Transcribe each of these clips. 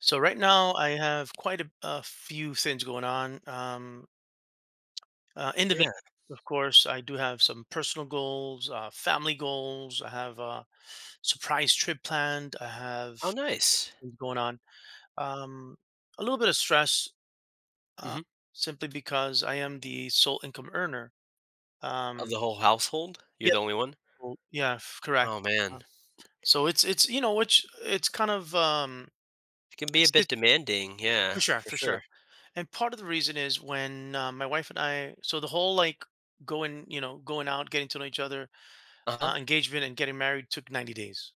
So right now I have quite a few things going on. Individual, Yeah. of course, I do have some personal goals, family goals. I have a surprise trip planned. I Oh, have nice. things going on. Um, a little bit of stress, uh, Mhm. simply because I am the sole income earner. Of Um, the whole household? You're yeah, the only one? well, yeah, correct. Oh, man. Uh, so it's you know which it's kind of It can be a bit it's- demanding, yeah, For sure, for for sure. sure. And part of the reason is when my wife and I, so the whole like going, going out, getting to know each other, Uh-huh. Engagement and getting married took 90 days.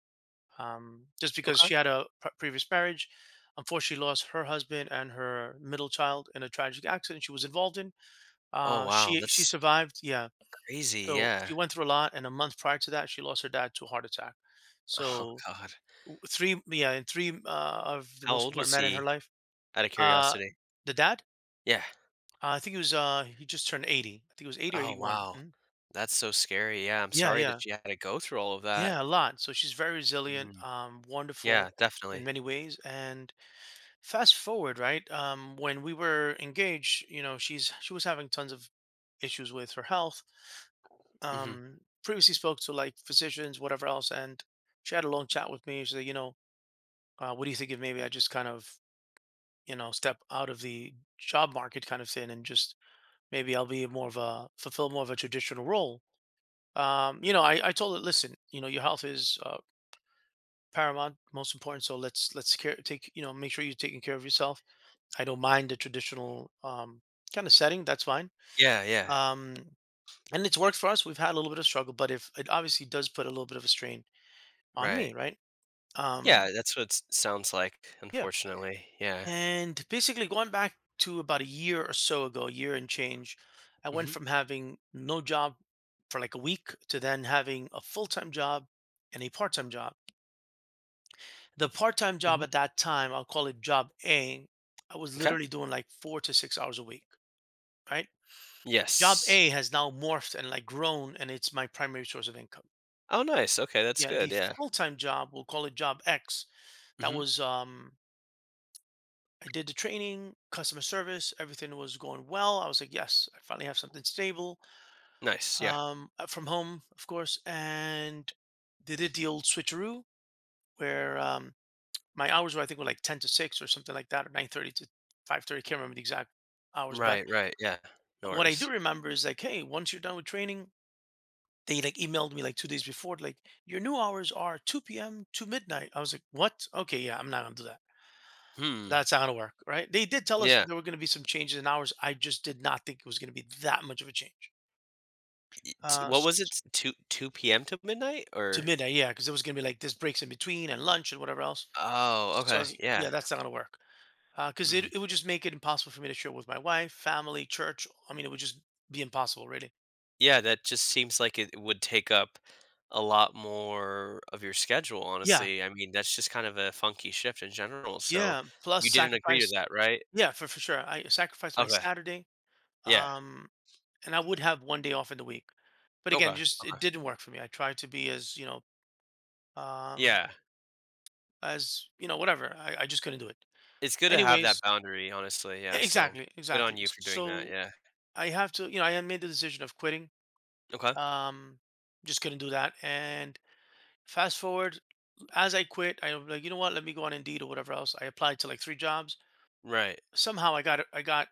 Just because Okay. she had a previous marriage. Unfortunately, lost her husband and her middle child in a tragic accident she was involved in. Oh, Uh, wow, she she that's survived, yeah. crazy, So yeah. she went through a lot, and a month prior to that, she lost her dad to a heart attack. Oh, So god. three, yeah, and three of the How most old important was men in her he? life. Out of Uh, curiosity. the dad. Yeah. I think he was he just turned 80. I think it was 80 or Oh, 81. wow. Mhm. That's so scary, yeah, I'm Yeah, sorry yeah. that you had to go through all of that. Yeah, a lot. So she's very resilient, Mm. Wonderful Yeah, in definitely. many ways. And fast forward, right? When we were engaged, you know, she was having tons of issues with her health. Mhm. Previously spoke to like physicians, whatever else, and she had a long chat with me. She said, you know, what do you think if maybe I just kind of, you know, step out of the job market kind of thing and just maybe I'll be more of a fulfill more of a traditional role. You know, I told it, listen, you know, your health is paramount, most important. So let's take, you know, make sure you're taking care of yourself. I don't mind the traditional kind of setting. That's fine. Yeah, yeah. Um, and it's worked for us. We've had a little bit of struggle, but if it obviously does put a little bit of a strain on Right. me, right? Yeah, Um, that's what it sounds like, yeah. unfortunately, yeah. And basically, going back to about a year or so ago, a year and change, I went Mhm. from having no job for like a week to then having a full time job and a part time job. The part-time job Mhm. at that time, I'll call it job A, I was Okay. literally doing like 4 to 6 hours a week, right? Job Yes. A has now morphed and like grown, and it's my primary source of income. Oh, nice. Okay, that's Yeah, good, the yeah. full-time job, we'll call it job X. That Mhm. was I did the training, customer service, everything was going well. I was like, yes, I finally have something stable. Nice, yeah. From home, of course. And they did the old switcheroo where my hours were I think were like 10 to 6 or something like that, or 9:30 to 5:30. Can't remember the exact hours, but Right, right, yeah. No what I do worries. remember is like, hey, once you're done with training, they like emailed me like 2 days before, like your new hours are 2 p.m. to midnight. I was like, what? Okay, yeah, I'm not gonna do that. Hmm, That's not gonna work, right? They did tell us yeah. there were gonna be some changes in hours. I just did not think it was gonna be that much of a change. T Uh, what was it? s- T two 2 p.m. to midnight, to or midnight, yeah, because it was gonna be like this breaks in between and lunch and whatever else. Oh, So I was okay, like, yeah. yeah, that's not gonna work, because Mhm. it would just make it impossible for me to share with my wife, family, church. I mean, it would just be impossible, really. Yeah, that just seems like it would take up a lot more of your schedule, Yeah, honestly. I mean, that's just kind of a funky shift in general, so yeah. Plus you didn't agree to sacrifice. that, right? Yeah, for sure. I sacrificed my Okay. Saturday, Yeah. um, and I would have one day off in the week. But Okay, again, just it okay. didn't work for me. I tried to be um, Yeah. as you know, whatever. I just couldn't do it. It's good to have that Anyways, boundary, honestly, yeah, so exactly, good on exactly. you for doing that, So yeah. I have to, you know, I had made the decision of quitting. Okay. Um, just couldn't do that, and fast forward, as I quit, I was like, you know what? Let me go on Indeed or whatever else. I applied to like three jobs. Right. Somehow I got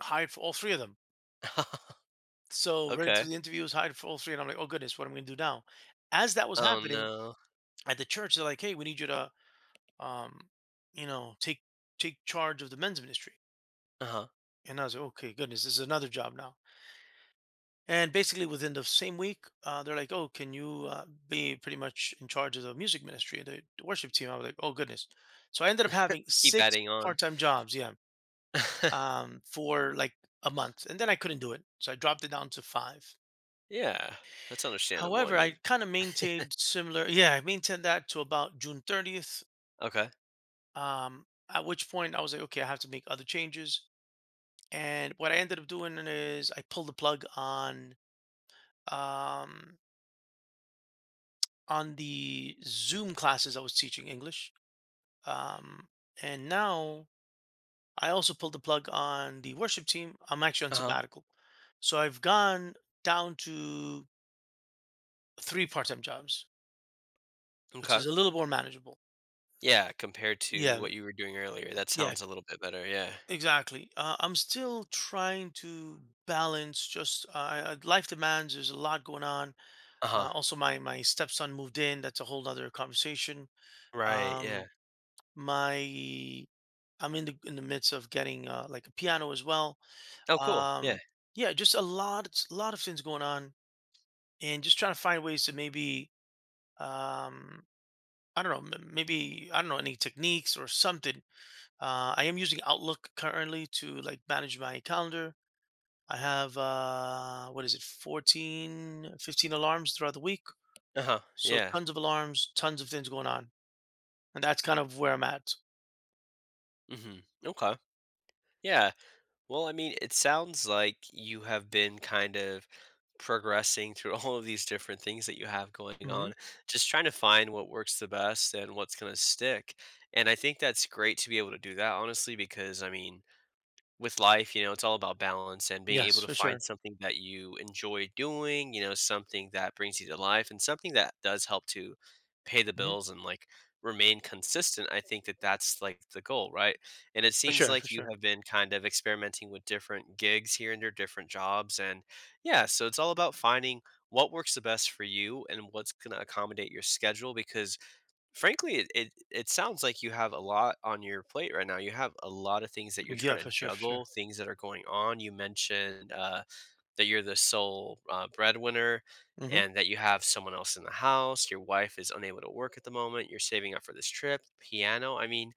hired for all three of them. So ran Okay. through the interviews, hired for all three, and I'm like, oh goodness, what am I gonna do now? As that was Oh, happening no. at the church, they're like, hey, we need you to, um, you know, take charge of the men's ministry. Uh-huh. And I was like, okay, goodness, this is another job now. And basically, within the same week, they're like, "Oh, can you be pretty much in charge of the music ministry, the worship team?" I was like, "Oh goodness!" So I ended up having Keep six adding on. part-time jobs, yeah, for like a month, and then I couldn't do it, so I dropped it down to five. Yeah, that's understandable, I However, I mean. kind of maintained similar, yeah, I maintained that to about June 30th. Okay. Um, at which point, I was like, "Okay, I have to make other changes." And what I ended up doing is I pulled the plug um, on the Zoom classes I was teaching English. Um, and now I also pulled the plug on the worship team. I'm actually on Uh-huh. sabbatical. So I've gone down to three part time jobs, which Okay. is a little more manageable. Yeah, compared to Yeah, what you were doing earlier, that yeah, sounds a little bit better, yeah. exactly. I'm still trying to balance just life demands. There's a lot going on. Uh-huh. Also, my stepson moved in. That's a whole other conversation. Right, yeah. Um, my I'm in the midst of getting like a piano as well. Oh, cool, yeah. Um, yeah, just a lot, it's a lot of things going on, and just trying to find ways to maybe, um, I don't know, maybe I don't know any techniques or something. I am using Outlook currently to like manage my calendar. I have what is it, 14, 15 alarms throughout the week, Uh-huh, so yeah. tons of alarms, tons of things going on, and that's kind of where I'm at. Mhm. Okay. Yeah. Well, I mean, it sounds like you have been kind of progressing through all of these different things that you have going hmm on, just trying to find what works the best and what's going to stick. And I think that's great to be able to do that, honestly, because I mean, with life, you know, it's all about balance and being Yes, able to for sure, find something that you enjoy doing, you know, something that brings you to life and something that does help to pay the hmm bills and like remain consistent. I think that that's like the goal, right? And it for seems sure, for like you sure. have been kind of experimenting with different gigs here and there, different jobs. And yeah, so it's all about finding what works the best for you and what's going to accommodate your schedule because frankly, it sounds like you have a lot on your plate right now. You have a lot of things that you're trying Yeah, to for sure, for juggle, sure. things that are going on. You mentioned that you're the sole breadwinner, Mhm. and that you have someone else in the house. Your wife is unable to work at the moment. You're saving up for this trip, piano. I mean,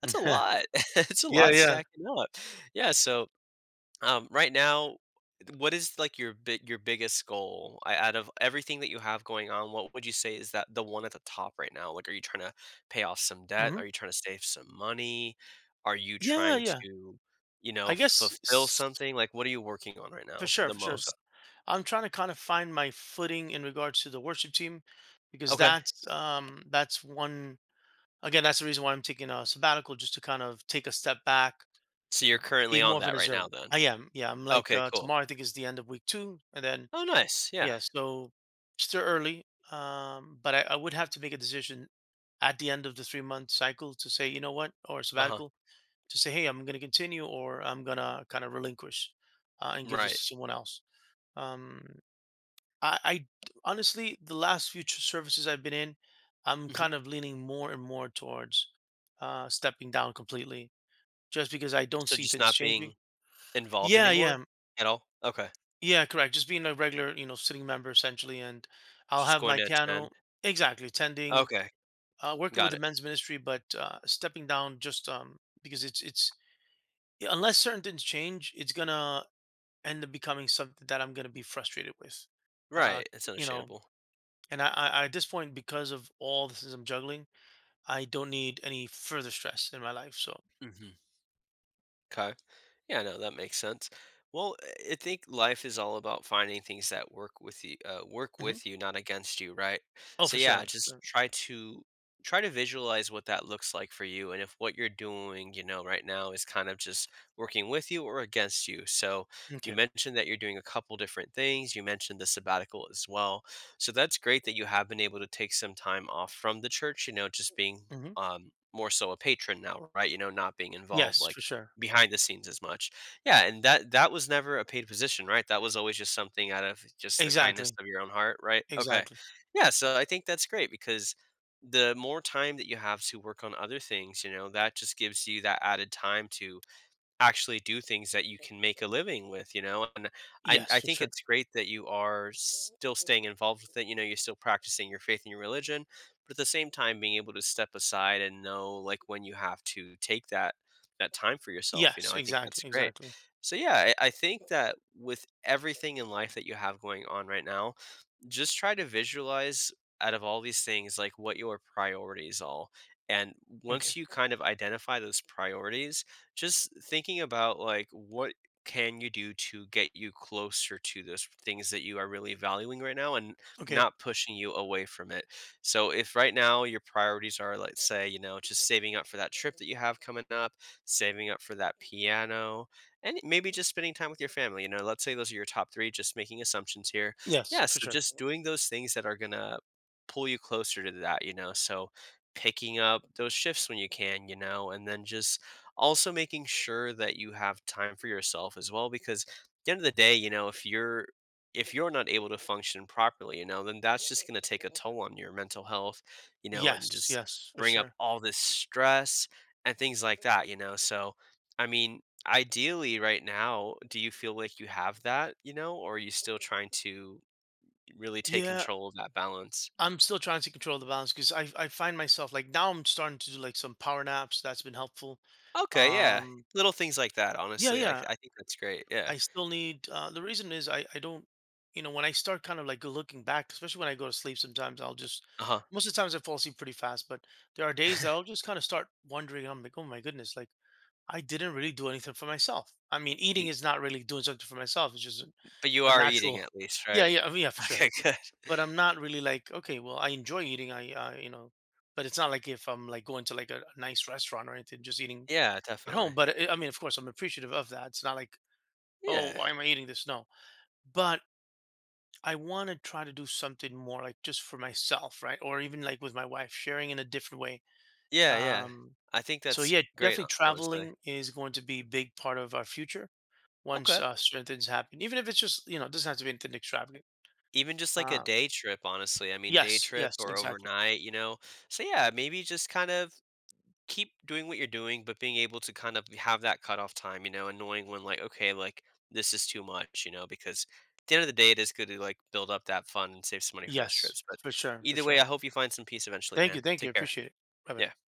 that's a lot. It's a Yeah, lot yeah. stacking up. Yeah. So right now, what is like your big your biggest goal out of everything that you have going on? What would you say is that the one at the top right now? Like, are you trying to pay off some debt? Mhm. Are you trying to save some money? Are you Yeah, trying yeah. to, you know, I guess fulfill s something? Like, what are you working on right For now sure, the for sure. So, most? I'm trying to kind of find my footing in regards to the worship team because Okay, that's one again, that's the reason why I'm taking a sabbatical just to kind of take a step back, so you're currently be on more of an that right now, observer. then. I am, yeah, I'm like, Okay, cool. tomorrow I think is the end of week 2, and then Oh, nice. Yeah. yeah, so still early, but I would have to make a decision at the end of the 3-month cycle to say, "You know what?" or Uh huh. sabbatical to say, hey, I'm going to continue or I'm going to kind of relinquish and give this Right. to someone else. Um, I Honestly, the last few services I've been in, I'm Hmm. kind of leaning more and more towards stepping down completely just because I don't So see just things not changing. being involved Yeah, yeah, anymore at all. Okay. yeah, correct. Just being a regular, you know, sitting member essentially. And I'll Just have going my to attend. piano exactly attending, Okay. Working with Got the it. men's ministry, but stepping down just because unless certain things change, it's gonna end up becoming something that I'm going to be frustrated with. Uh, Right, it's you know, understandable. and I at this point, because of all the things I'm juggling, I don't need any further stress in my life. So, Mhm. Okay. Yeah, no, that makes sense. Well, I think life is all about finding things that work mhm. with you, not against you, right? Oh, So for yeah, sure, for just sure. try to try to visualize what that looks like for you, and if what you're doing, you know, right now is kind of just working with you or against you. So you Okay. mentioned that you're doing a couple different things. You mentioned the sabbatical as well. So that's great that you have been able to take some time off from the church. You know, just being Hmm. More so a patron now, right? You know, not being involved Yes, for like sure. behind the scenes as much. Yeah, and that that was never a paid position, right? That was always just something out of just the kindness Exactly. of your own heart, right? Okay. Exactly. Yeah, so I think that's great because the more time that you have to work on other things, you know, that just gives you that added time to actually do things that you can make a living with, you know? And I Yes, I for think sure. it's great that you are still staying involved with it, you know, you're still practicing your faith and your religion, but at the same time being able to step aside and know like when you have to take that that time for yourself, you know? Yes, I think that's exactly. great. Exactly. So yeah, I think that with everything in life that you have going on right now, just try to visualize out of all these things like what your priorities are, and Okay. once you kind of identify those priorities, just thinking about like what can you do to get you closer to those things that you are really valuing right now and Okay. not pushing you away from it. So if right now your priorities are, let's say, you know, just saving up for that trip that you have coming up, saving up for that piano, and maybe just spending time with your family, you know, let's say those are your top three, just making assumptions here. Yes, Yeah, for so sure. just doing those things that are gonna pull you closer to that, you know. So picking up those shifts when you can, you know, and then just also making sure that you have time for yourself as well, because at the end of the day, you know, if you're not able to function properly, you know, then that's just gonna take a toll on your mental health, you know, and Yes, just yes, for bring up sure. all this stress and things like that, you know. So I mean, ideally right now, do you feel like you have that, you know, or are you still trying to really take Yeah, control of that balance. I'm still trying to control the balance because I find myself like now I'm starting to do like some power naps. That's been helpful. Okay, yeah, Um, little things like that, yeah, honestly, like, yeah. I think that's great, yeah. I still need the reason is I don't, you know, when I start kind of like looking back, especially when I go to sleep, sometimes I'll just Uh-huh. most of the times I fall asleep pretty fast, but there are days that I'll just kind of start wondering. I'm like, oh my goodness, like I didn't really do anything for myself. I mean, eating Y is not really doing something for myself. It's just but you a are eating natural, at least, yeah, right? yeah, I mean, yeah, for sure. Okay, good. But I'm not really like, okay, well, I enjoy eating. You know, but it's not like if I'm like going to like a nice restaurant or anything, just eating Yeah, at home. definitely. But I mean, of course, I'm appreciative of that. It's not like oh, Yeah. why am I eating this? No, but I want to try to do something more like just for myself, right? Or even like with my wife, sharing in a different way. Yeah, yeah. Um, I think so that's yeah, great, definitely ho honestly. traveling is going to be a big part of our future once Okay. Certain things happen, even if it's just you know it doesn't have to be anything extravagant. Even just, like, a Uh, day trip, honestly, I mean, day yes, trip yes, or exactly. overnight, you know? So, yeah, maybe just kind of keep doing what you're doing, but being able to kind of have that cutoff time, you know, and knowing when like, okay, like this is too much, you know, because at the end of the day, it is good to like build up that fun and save some money for those Yes, trips. But for sure, for either way, I sure. hope you find some peace eventually, man. Thank you, Take care. appreciate it. Bye bye. Yeah.